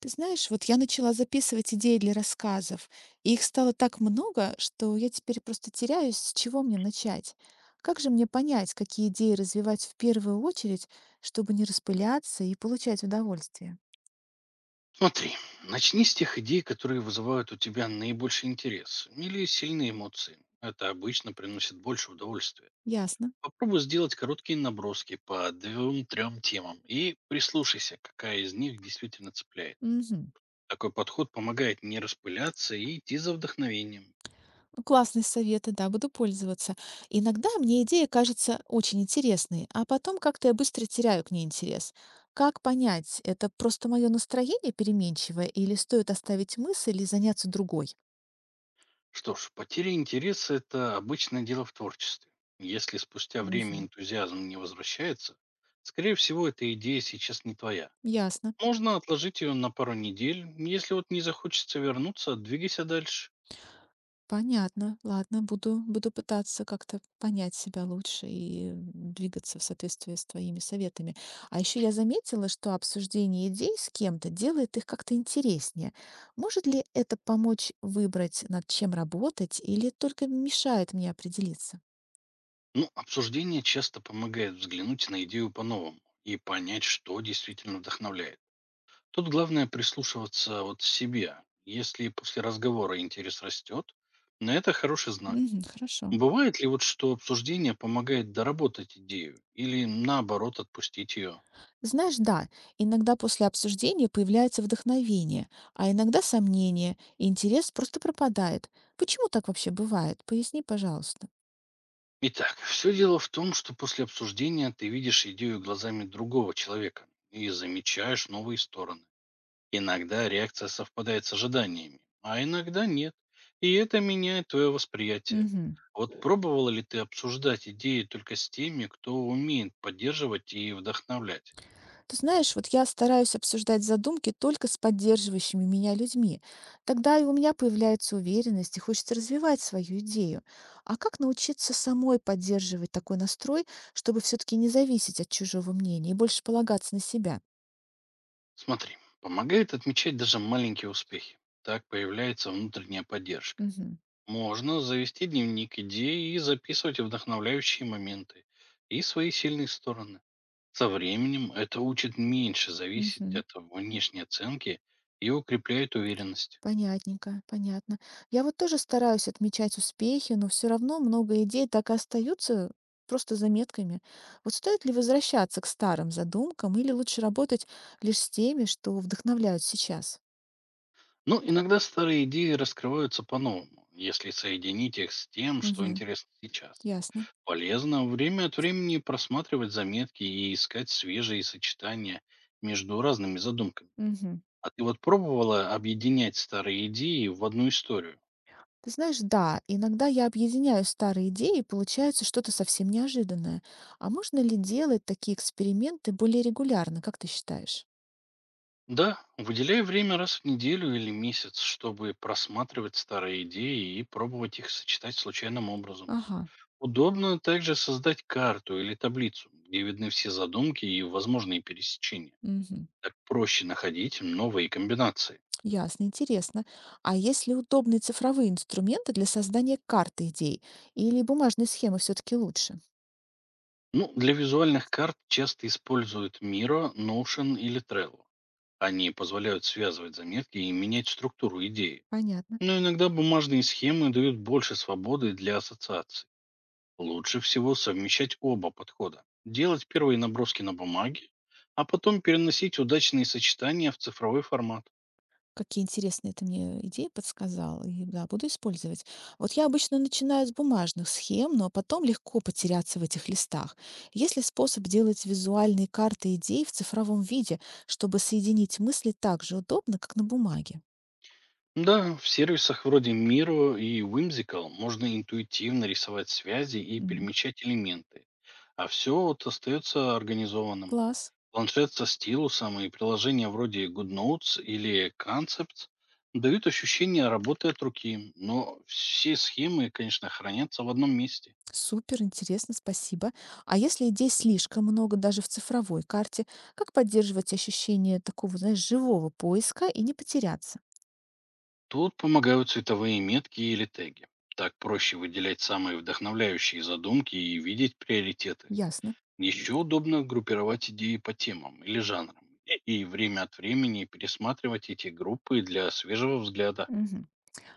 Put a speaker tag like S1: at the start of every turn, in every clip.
S1: Ты знаешь, вот я начала записывать идеи для рассказов, и их стало так много, что я теперь просто теряюсь, с чего мне начать. Как же мне понять, какие идеи развивать в первую очередь, чтобы не распыляться и получать удовольствие?
S2: Смотри, начни с тех идей, которые вызывают у тебя наибольший интерес или сильные эмоции. Это обычно приносит больше удовольствия.
S1: Ясно.
S2: Попробуй сделать короткие наброски по двум-трем темам и прислушайся, какая из них действительно цепляет.
S1: Мгм.
S2: Такой подход помогает не распыляться и идти за вдохновением.
S1: Ну, классные советы, да, буду пользоваться. Иногда мне идея кажется очень интересной, а потом как-то я быстро теряю к ней интерес. Как понять, это просто мое настроение переменчивое, или стоит оставить мысль и заняться другой?
S2: Что ж, потеря интереса– это обычное дело в творчестве. Если спустя время
S1: Мгм.
S2: энтузиазм не возвращается, скорее всего, эта идея сейчас не твоя.
S1: Ясно.
S2: Можно отложить ее на пару недель. Если вот не захочется вернуться, двигайся дальше.
S1: Понятно. Ладно, буду пытаться как-то понять себя лучше и двигаться в соответствии с твоими советами. А еще я заметила, что обсуждение идей с кем-то делает их как-то интереснее. Может ли это помочь выбрать, над чем работать, или только мешает мне определиться?
S2: Ну, обсуждение часто помогает взглянуть на идею по-новому и понять, что действительно вдохновляет. Тут главное прислушиваться вот к себе. Если после разговора интерес растет, на это хороший знак.
S1: Мгм, хорошо.
S2: Бывает ли вот, что обсуждение помогает доработать идею или наоборот отпустить ее?
S1: Знаешь, да, иногда после обсуждения появляется вдохновение, а иногда сомнение, и интерес просто пропадает. Почему так вообще бывает? Поясни, пожалуйста.
S2: Итак, все дело в том, что после обсуждения ты видишь идею глазами другого человека и замечаешь новые стороны. Иногда реакция совпадает с ожиданиями, а иногда нет. И это меняет твое восприятие.
S1: Мгм.
S2: Вот пробовала ли ты обсуждать идеи только с теми, кто умеет поддерживать и вдохновлять?
S1: Ты знаешь, вот я стараюсь обсуждать задумки только с поддерживающими меня людьми. Тогда и у меня появляется уверенность и хочется развивать свою идею. А как научиться самой поддерживать такой настрой, чтобы все-таки не зависеть от чужого мнения и больше полагаться на себя?
S2: Смотри, помогает отмечать даже маленькие успехи. Так появляется внутренняя поддержка.
S1: Мгм.
S2: Можно завести дневник идей и записывать вдохновляющие моменты и свои сильные стороны. Со временем это учит меньше зависеть
S1: Мгм.
S2: от внешней оценки и укрепляет уверенность.
S1: Понятненько, понятно. Я вот тоже стараюсь отмечать успехи, но все равно много идей так и остаются просто заметками. Вот стоит ли возвращаться к старым задумкам или лучше работать лишь с теми, что вдохновляют сейчас?
S2: Ну, иногда старые идеи раскрываются по-новому, если соединить их с тем, что
S1: Угу,
S2: интересно сейчас.
S1: ясно.
S2: Полезно время от времени просматривать заметки и искать свежие сочетания между разными задумками.
S1: Мгм.
S2: А ты вот пробовала объединять старые идеи в одну историю?
S1: Ты знаешь, да, иногда я объединяю старые идеи, и получается что-то совсем неожиданное. А можно ли делать такие эксперименты более регулярно, как ты считаешь?
S2: Да, выделяй время раз в неделю или месяц, чтобы просматривать старые идеи и пробовать их сочетать случайным образом.
S1: Ага.
S2: Удобно также создать карту или таблицу, где видны все задумки и возможные пересечения.
S1: Мгм.
S2: Так проще находить новые комбинации.
S1: Ясно, интересно. А есть ли удобные цифровые инструменты для создания карты идей? Или бумажные схемы все-таки лучше?
S2: Ну, для визуальных карт часто используют Miro, Notion или Trello. Они позволяют связывать заметки и менять структуру идеи.
S1: Понятно.
S2: Но иногда бумажные схемы дают больше свободы для ассоциаций. Лучше всего совмещать оба подхода. Делать первые наброски на бумаге, а потом переносить удачные сочетания в цифровой формат.
S1: Какие интересные ты мне идеи подсказал, и да, буду использовать. Вот я обычно начинаю с бумажных схем, но потом легко потеряться в этих листах. Есть ли способ делать визуальные карты идей в цифровом виде, чтобы соединить мысли так же удобно, как на бумаге?
S2: Да, в сервисах вроде Miro и Whimsical можно интуитивно рисовать связи и
S1: Мгм.
S2: перемещать элементы. А все вот остается организованным.
S1: Класс.
S2: Планшет со стилусом и приложения вроде GoodNotes или Concepts дают ощущение работы от руки, но все схемы, конечно, хранятся в одном месте.
S1: Супер, интересно, спасибо. А если идей слишком много даже в цифровой карте, как поддерживать ощущение такого, знаешь, живого поиска и не потеряться?
S2: Тут помогают цветовые метки или теги. Так проще выделять самые вдохновляющие задумки и видеть приоритеты.
S1: Ясно.
S2: Еще удобно группировать идеи по темам или жанрам и время от времени пересматривать эти группы для свежего взгляда.
S1: Мгм.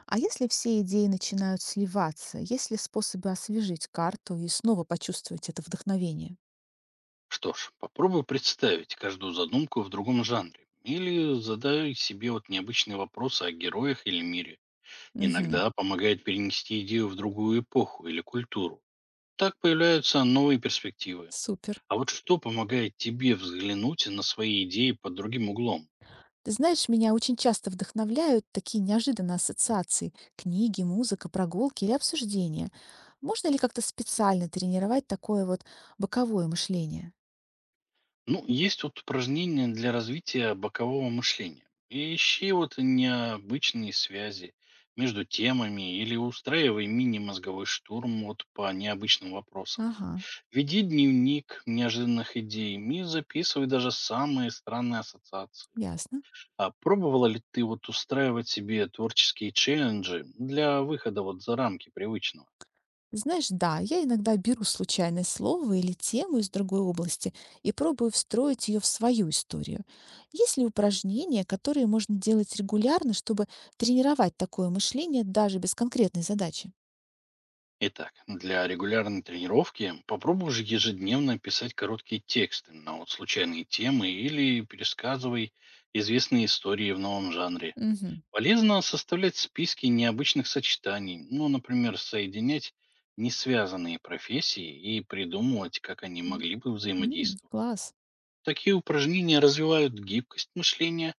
S1: А если все идеи начинают сливаться, есть ли способы освежить карту и снова почувствовать это вдохновение?
S2: Что ж, попробуй представить каждую задумку в другом жанре или задай себе вот необычные вопросы о героях или мире.
S1: Мгм.
S2: Иногда помогает перенести идею в другую эпоху или культуру. Так появляются новые перспективы.
S1: Супер.
S2: А вот что помогает тебе взглянуть на свои идеи под другим углом?
S1: Ты знаешь, меня очень часто вдохновляют такие неожиданные ассоциации: книги, музыка, прогулки или обсуждения. Можно ли как-то специально тренировать такое вот боковое мышление?
S2: Ну, есть вот упражнения для развития бокового мышления. И ищи вот необычные связи между темами или устраивай мини-мозговой штурм вот по необычным вопросам.
S1: Ага,
S2: Веди дневник неожиданных идей и записывай даже самые странные ассоциации.
S1: ясно.
S2: А пробовала ли ты вот устраивать себе творческие челленджи для выхода вот за рамки привычного?
S1: Знаешь, да, я иногда беру случайное слово или тему из другой области и пробую встроить ее в свою историю. Есть ли упражнения, которые можно делать регулярно, чтобы тренировать такое мышление даже без конкретной задачи?
S2: Итак, для регулярной тренировки попробуй же ежедневно писать короткие тексты на вот случайные темы или пересказывай известные истории в новом жанре.
S1: Мгм.
S2: Полезно составлять списки необычных сочетаний, ну, например, соединять несвязанные профессии и придумывать, как они
S1: М,
S2: могли бы взаимодействовать.
S1: Класс.
S2: Такие упражнения развивают гибкость мышления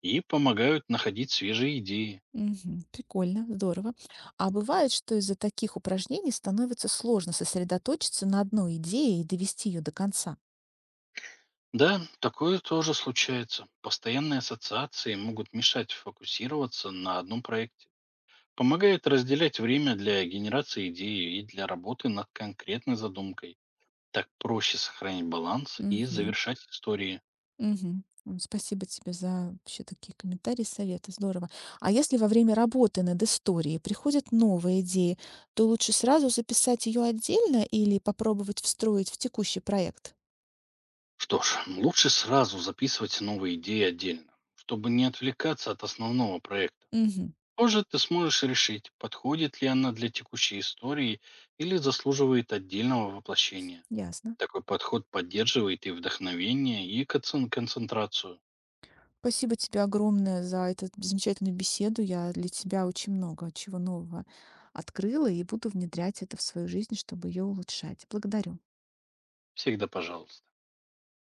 S2: и помогают находить свежие идеи.
S1: Мгм. Прикольно, здорово. А бывает, что из-за таких упражнений становится сложно сосредоточиться на одной идее и довести ее до конца.
S2: Да, такое тоже случается. Постоянные ассоциации могут мешать фокусироваться на одном проекте. Помогает разделять время для генерации идеи и для работы над конкретной задумкой. Так проще сохранить баланс и
S1: Мгм.
S2: завершать истории.
S1: Мгм. Спасибо тебе за вообще такие комментарии, советы. Здорово. А если во время работы над историей приходят новые идеи, то лучше сразу записать ее отдельно или попробовать встроить в текущий проект?
S2: Что ж, лучше сразу записывать новые идеи отдельно, чтобы не отвлекаться от основного проекта.
S1: Мгм.
S2: Позже ты сможешь решить, подходит ли она для текущей истории или заслуживает отдельного воплощения.
S1: Ясно.
S2: Такой подход поддерживает и вдохновение, и концентрацию.
S1: Спасибо тебе огромное за эту замечательную беседу. Я для тебя очень много чего нового открыла и буду внедрять это в свою жизнь, чтобы ее улучшать. Благодарю.
S2: Всегда пожалуйста.